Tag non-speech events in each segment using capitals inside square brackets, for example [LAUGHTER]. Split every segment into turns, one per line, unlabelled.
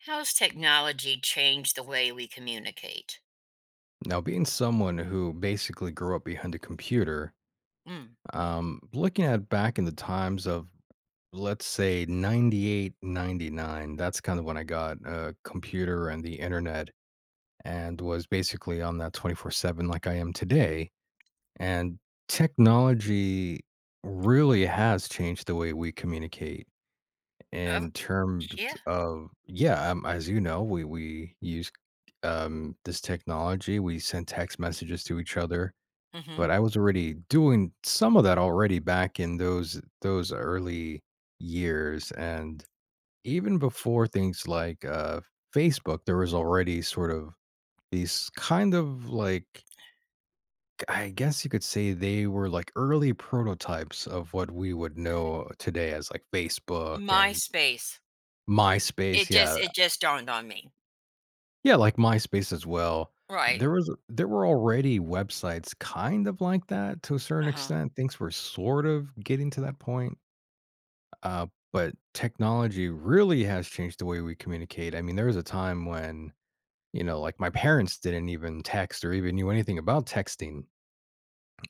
How's technology changed the way we communicate?
Now, being someone who basically grew up behind a computer,
Mm.
looking at back in the times of, let's say, '98, '99, that's kind of when I got a computer and the internet and was basically on that 24/7 like I am today. And technology really has changed the way we communicate
Oh,
in terms
yeah.
of, yeah, as you know, we use this technology, we send text messages to each other
Mm-hmm.
but I was already doing some of that already back in those early years, and even before things like, Facebook, there was already sort of these kind of like I guess you could say they were like early prototypes of what we would know today as, like, Facebook and
MySpace. It
MySpace,
just
yeah.
it just dawned on me.
Yeah, like MySpace as well.
Right.
There were already websites kind of like that to a certain
Uh-huh.
extent, things were sort of getting to that point. But technology really has changed the way we communicate. I mean, there was a time when, like my parents didn't even text or even knew anything about texting.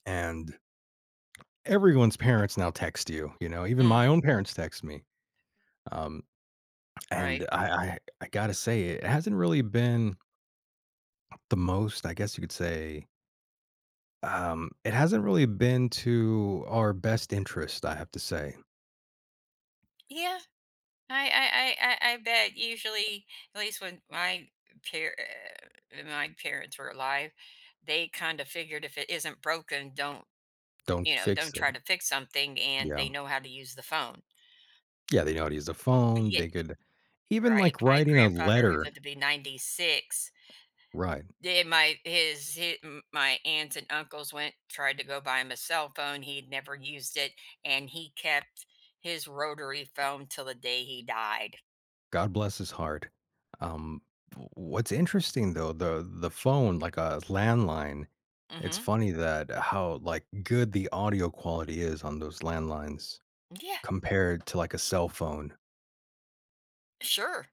And everyone's parents now text you, you know, even
Mm,
my own parents text me. Um, and
right.
I, I, I gotta say, it hasn't really been the most, I guess you could say, it hasn't really been to our best interest, I have to say.
Yeah. I bet usually at least when my par- my parents were alive, they kind of figured if it isn't broken, don't
Don't
you know, don't
fix it.
try to fix something, and they
Yeah.
know how to use the phone.
Yeah. They know how to use the phone.
Yeah,
They could even
right.
like
My
writing a
grandfather who
letter.
lived to be 96.
Right.
Yeah, his my aunts and uncles went tried to go buy him a cell phone. He'd never used it, and he kept his rotary phone till the day he died.
God bless his heart. Um, w what's interesting though, the phone, like a landline, it's
Hmm.
funny that how, like, good the audio quality is on those landlines
Yeah,
compared to, like, a cell phone.
sure.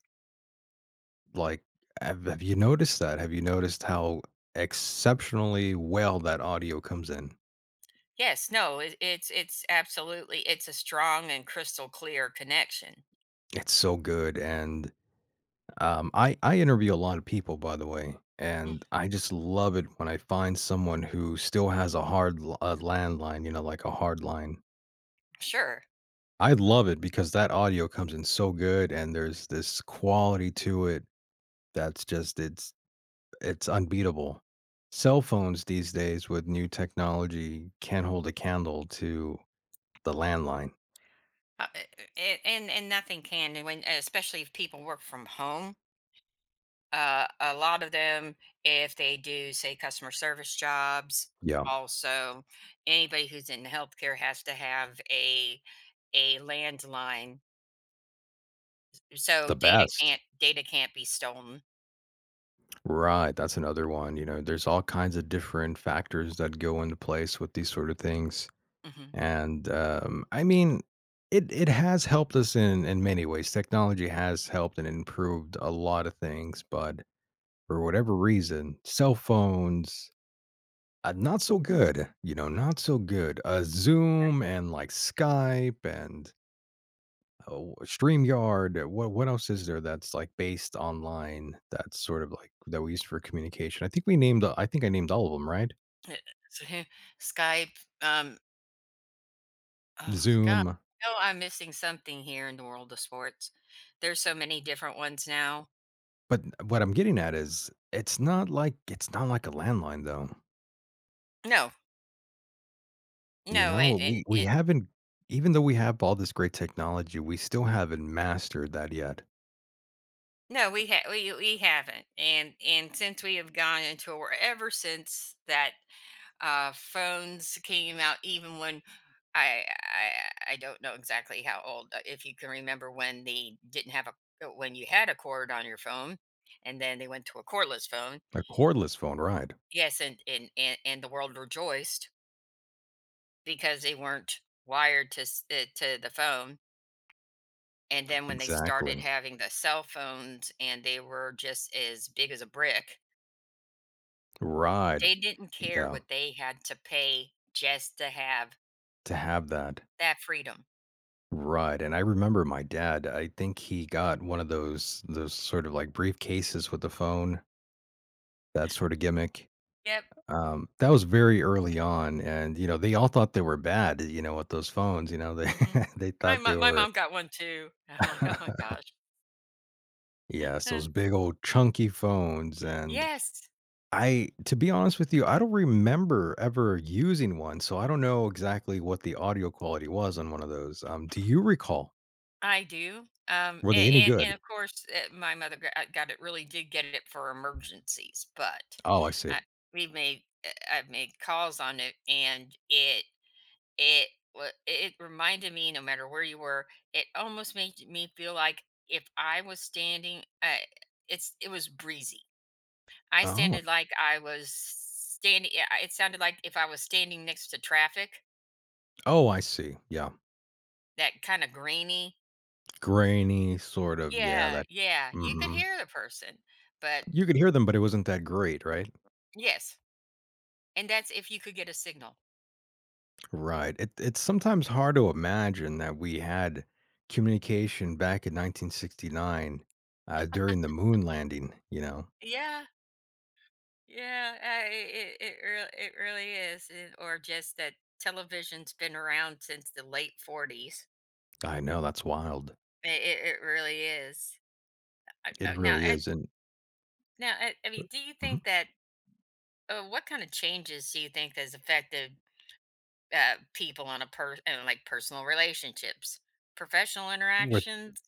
Like, have you noticed that? Have you noticed how exceptionally well that audio comes in?
Yes, no, it's absolutely, it's a strong and crystal clear connection.
It's so good, and I interview a lot of people, by the way,
Mm,
and I just love it when I find someone who still has a landline, you know, like a hard line.
sure.
I love it because that audio comes in so good, and there's this quality to it that's just it's unbeatable. Cell phones these days with new technology can't hold a candle to the landline.
uh, uh, uh, and nothing can, and when, especially if people work from home. A lot of them, if they do, say, customer service jobs,
Yeah,
also anybody who's in healthcare has to have a landline, so
the best.
data can't be stolen.
Right, that's another one. You know, there's all kinds of different factors that go into place with these sort of things.
Mhm.
And, I mean, it has helped us in many ways. Technology has helped and improved a lot of things, but for whatever reason, cell phones, not so good, you know, not so good.
Right.
Zoom and, like, Skype and, oh, StreamYard. What else is there that's, like, based online that's sort of like that we use for communication? I think I named all of them, right?
[LAUGHS] Skype, oh god,
Zoom.
no, I'm missing something here in the world of sports. There's so many different ones now.
But what I'm getting at is it's not like a landline though,
No,
you
no,
know?
and
We haven't even though we have all this great technology, we still haven't mastered that yet.
no, we ha we haven't, and since we have gone into a war ever since that, phones came out, even when I don't know exactly how old, if you can remember when they didn't have a when you had a cord on your phone, and then they went to a cordless phone.
A cordless phone, right.
Yes, and the world rejoiced because they weren't wired to s to the phone, and then when they started
Exactly.
having the cell phones and they were just as big as a brick. They
Right.
didn't care
Yeah,
what they had to pay just to have
to have that.
that freedom.
Right, and I remember my dad, I think he got one of those sort of like briefcases with the phone, that sort of gimmick.
Yep.
That was very early on, and, you know, they all thought they were bad, you know, with those phones, you know, they
Mhm.
[LAUGHS] they thought they
My
were
mom got one too. [LAUGHS] I'm like, "Oh my
[LAUGHS]
gosh."
Yes,
Huh.
those big old chunky phones, and
Yes,
I to be honest with you, I don't remember ever using one, so I don't know exactly what the audio quality was on one of those. Do you recall?
I do.
Were
A
they any
and
good?
of course, my mother g got it, really did get it for emergencies, but,
Oh, I see.
uh, we I've made calls on it, and it it wa it reminded me no matter where you were, it almost made me feel like if I was standing, it's it was breezy. I
Oh.
sounded like I was standing, yeah, it sounded like if I was standing next to traffic,
Oh, I see. Yeah.
that kinda grainy.
Grainy sort of, yeah,
Yeah,
that.
yeah, you could
Mhm.
hear the person, but
You could hear them, but it wasn't that great, right?
yes, and that's if you could get a signal.
Right. It's sometimes hard to imagine that we had communication back in 1969 during the moon landing. You know,
Yeah, yeah, it it it real it really is, and or just that television's been around since the late 40s.
I know that's wild.
It really is.
It
I now
really
I
is. And
now I mean, do you
Mhm.
think that what kind of changes do you think has affected people on a per and like personal relationships, professional
With
interactions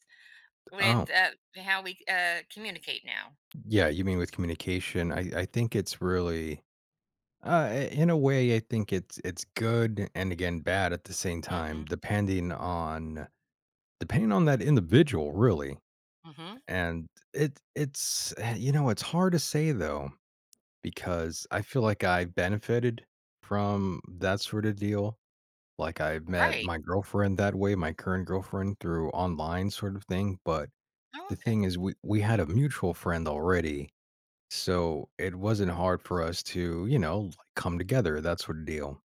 with
oh,
how we communicate now.
yeah, you mean with communication? I think it's really, in a way I think it's good and again bad at the same
Mm-hmm.
time, depending on that individual really.
Mm-hmm.
And you know it's hard to say though because I feel like I benefited from that sort of deal. Like I met
Right.
my girlfriend that way, my current girlfriend through online sort of thing. But
Oh,
the thing
okay.
is, we had a mutual friend already. So it wasn't hard for us to, you know, like come together, that sort of deal.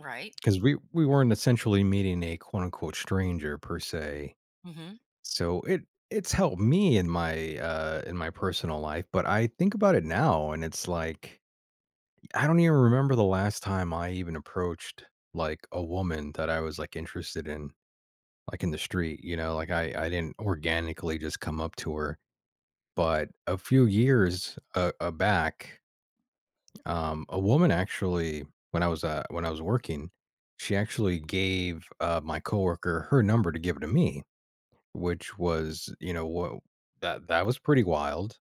Right.
Because we weren't essentially meeting a quote unquote stranger per se.
Mm-hmm.
So it's helped me in my personal life. But I think about it now and it's like I don't even remember the last time I even approached, like, a woman that I was, like, interested in, like, in the street, you know? Like, I didn't organically just come up to her, but a few years, back, a woman actually when I was working, she actually gave, my coworker her number to give it to me, which was, you know, what that was pretty wild,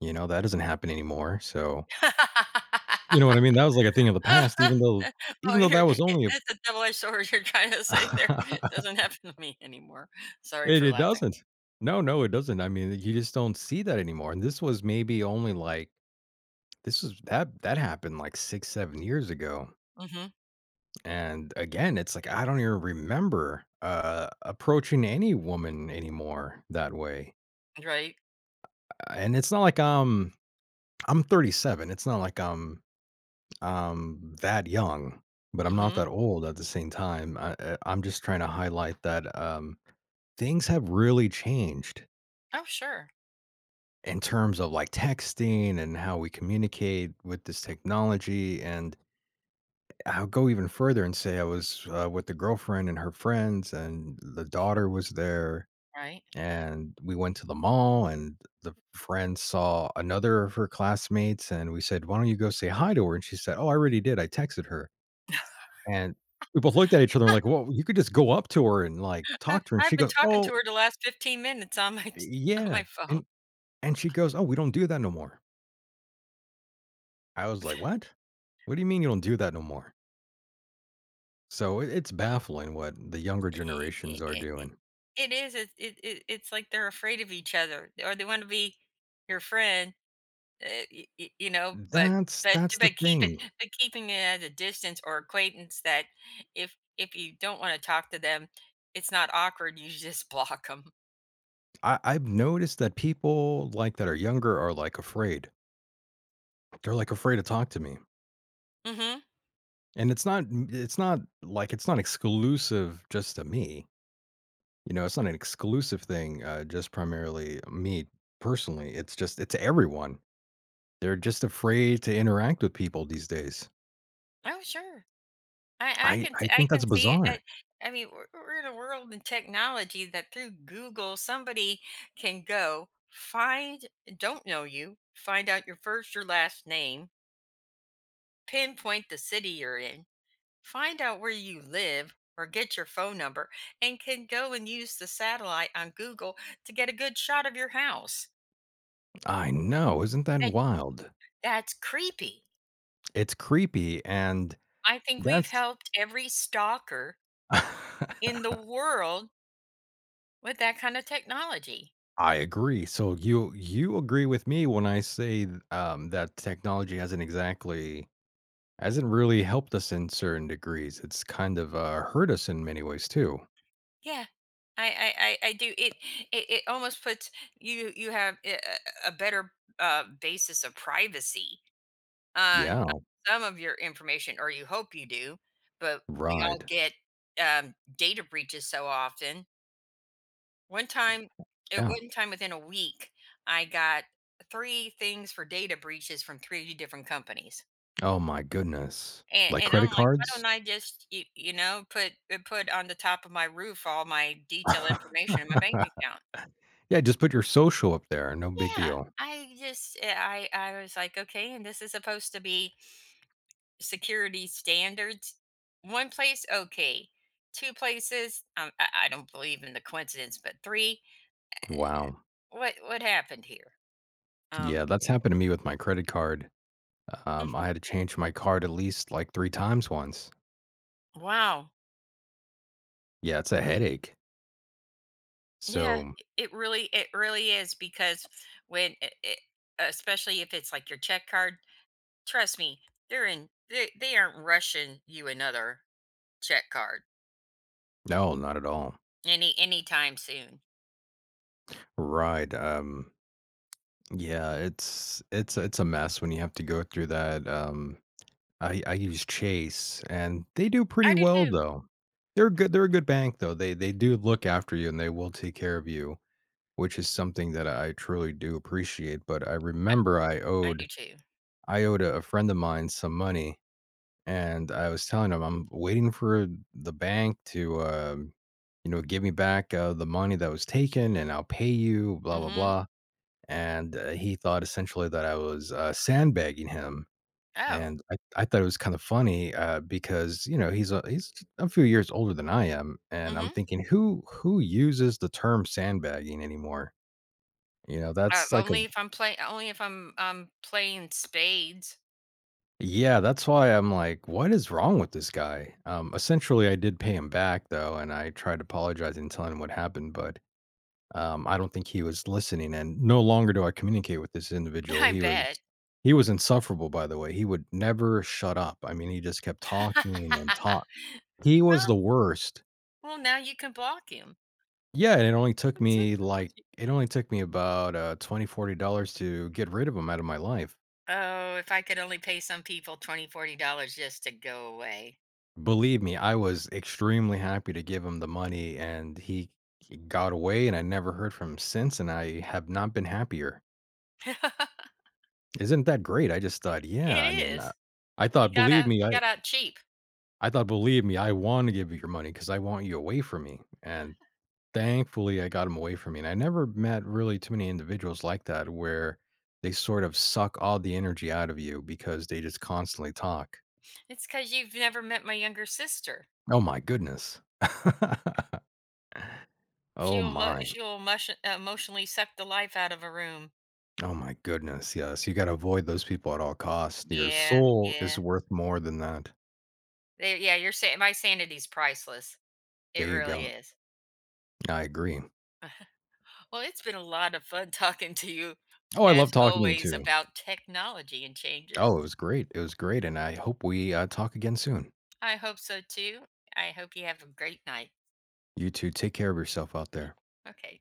you know? That doesn't happen anymore, so
[LAUGHS]
you know what I mean? That was, like, a thing of the
Oh,
past
[LAUGHS] oh,
even though that
you're
was only a
that's a double-edged sword you're trying to say there. [LAUGHS] Doesn't
[LAUGHS]
happen to me anymore. Sorry
It
for
it
laughing.
doesn't. No, no, it doesn't. I mean, you just don't see that anymore, and this was maybe only, like this was that that happened, like, 6, 7 years ago,
Mm-hmm.
and again, it's like, I don't even remember, approaching any woman anymore that way,
Right.
and it's not like I'm 37, it's not like I'm I that young, but I'm not
Mm-hmm.
that old at the same time, I'm just trying to highlight that, things have really changed
Oh, sure.
in terms of like texting and how we communicate with this technology. And I'll go even further and say I was with the girlfriend and her friends, and the daughter was there.
Right.
And we went to the mall, and the friend saw another of her classmates. And we said, "Why don't you go say hi to her?" And she said, "Oh, I already did. I texted her." And we both looked at each
[LAUGHS]
other like, "Well, you could just go up to her and like
I,
talk to her." And
I've
she
been
goes,
talking to
"Oh,
her the last 15 minutes on
yeah."
my phone.
And, and she goes, "Oh, we don't do that no more." I was like, "What? What do you mean you don't do that no more?" So it it's baffling what the younger generations are
[LAUGHS]
doing.
It is. It's like they're afraid of each other, or they want to be your friend, you know. But
That's that's the
keep it,
thing.
but keeping it at a distance or acquaintance that if you don't want to talk to them, it's not awkward. You [LAUGHS] just block them.
I've noticed that people like that are younger are like afraid. They're like afraid to talk to me.
Mm-hmm.
And it's not like it's not exclusive just to me. You know, it's not an exclusive thing, just primarily me personally. It's just it's everyone. They're just afraid to interact with people these days.
Oh sure,
I, I
I
think that's
can see it.
bizarre.
I mean, we're in a world in technology that through Google somebody can go find, don't know you, find out your first, your last name, pinpoint the city you're in, find out where you live or get your phone number, and can go and use the satellite on Google to get a good shot of your house.
I know. Isn't that
That,
wild?
that's creepy.
It's creepy, and
I think we've
that's
helped every stalker in the
[LAUGHS]
world with that kind of technology.
I agree. So you agree with me when I say, that technology hasn't exactly hasn't really helped us in certain degrees. It's kind of, hurt us in many ways too.
Yeah. I do it, it almost puts you, you have a better basis of privacy on
Yeah,
some of your information, or you hope you do, but we all
right.
get, data breaches so often. One time
Yeah.
one time within a week, I got 3 things for data breaches from 3 different companies.
Oh my goodness. Like
And I'm
credit
like, "Why
cards?
don't I just, y you know, put on the top of my roof all my detailed
[LAUGHS]
information in my bank account?"
Yeah, just put your social up there, no big
Yeah,
deal.
I just, eh, I was like, "Okay, and this is supposed to be security standards, one place, okay. Two places, I don't believe in the coincidence, but three,
Wow.
what happened here?
Yeah,
Um,
that's happened to me with my credit card. I had
mhm.
to change my card at least, like, 3 times once.
Wow,
Yeah, it's a headache.
yeah,
So,
it really is because when it, it, especially if it's like your check card, trust me, they aren't rushing you another check card
no, not at all.
anytime soon.
Right. Yeah, it's a mess when you have to go through that. I use Chase, and they do
I
pretty
do
well
too.
though. They're good. They're a good bank though. They do look after you, and they will take care of you, which is something that I truly do appreciate. But I remember
I do too.
I owed a friend of mine some money. And I was telling him, "I'm waiting for the bank to, you know, give me back, the money that was taken, and I'll pay you, blah, blah,
Mm-hmm.
blah." And, he thought essentially that I was, sandbagging him,
Oh.
and I thought it was kinda funny, because, you know, he's a few years older than I am, and I'm
Mm-hmm.
thinking, who uses the term sandbagging anymore?" You know, that's like a
Only if I'm playing, only if I'm playing spades.
Yeah, that's why I'm like, "What is wrong with this guy?" Essentially, I did pay him back though, and I tried apologizing and telling him what happened, but, I don't think he was listening, and no longer do I communicate with this
[LAUGHS]
individual.
I bet.
He was insufferable, by the way. He would never shut up. I mean, he just kept talking and
[LAUGHS]
talk. He was
Well,
the worst.
now you can block him.
Yeah, and
With technology.
it only took me about, $20 to get rid of him out of my life.
Oh, if I could only pay some people 20, $40 just to go away.
Believe me, I was extremely happy to give him the money, and he got away, and I never heard from him since, and I have not been happier.
[LAUGHS]
Isn't that great? I just thought,
It
yeah, I mean,
is.
I thought, believe me,
You
I
got out cheap.
I thought, believe me, I want to give you your money because I want you away from me, and thankfully, I got him away from me. And I never met really too many individuals like that where they sort of suck all the energy out of you because they just constantly talk.
It's because 'cause you've never met my younger sister.
Oh my goodness. [LAUGHS]
She
Oh
will emo
my.
she will emotio emotionally suck the life out of a room.
Oh my goodness, yes, you gotta avoid those people at all costs. Your
Yeah,
soul
yeah.
is worth more than that.
They yeah, you're saying my sanity's priceless. It
There you
really
go.
is.
I agree.
Well, it's been a lot of fun [LAUGHS] talking to you,
Oh, I love
as
talking to you
always,
too.
about technology and
Oh, it
changes.
was great. It was great, and I hope we, talk again soon.
I hope so too. I hope you have a great night.
You two, take care of yourself out there.
Okay.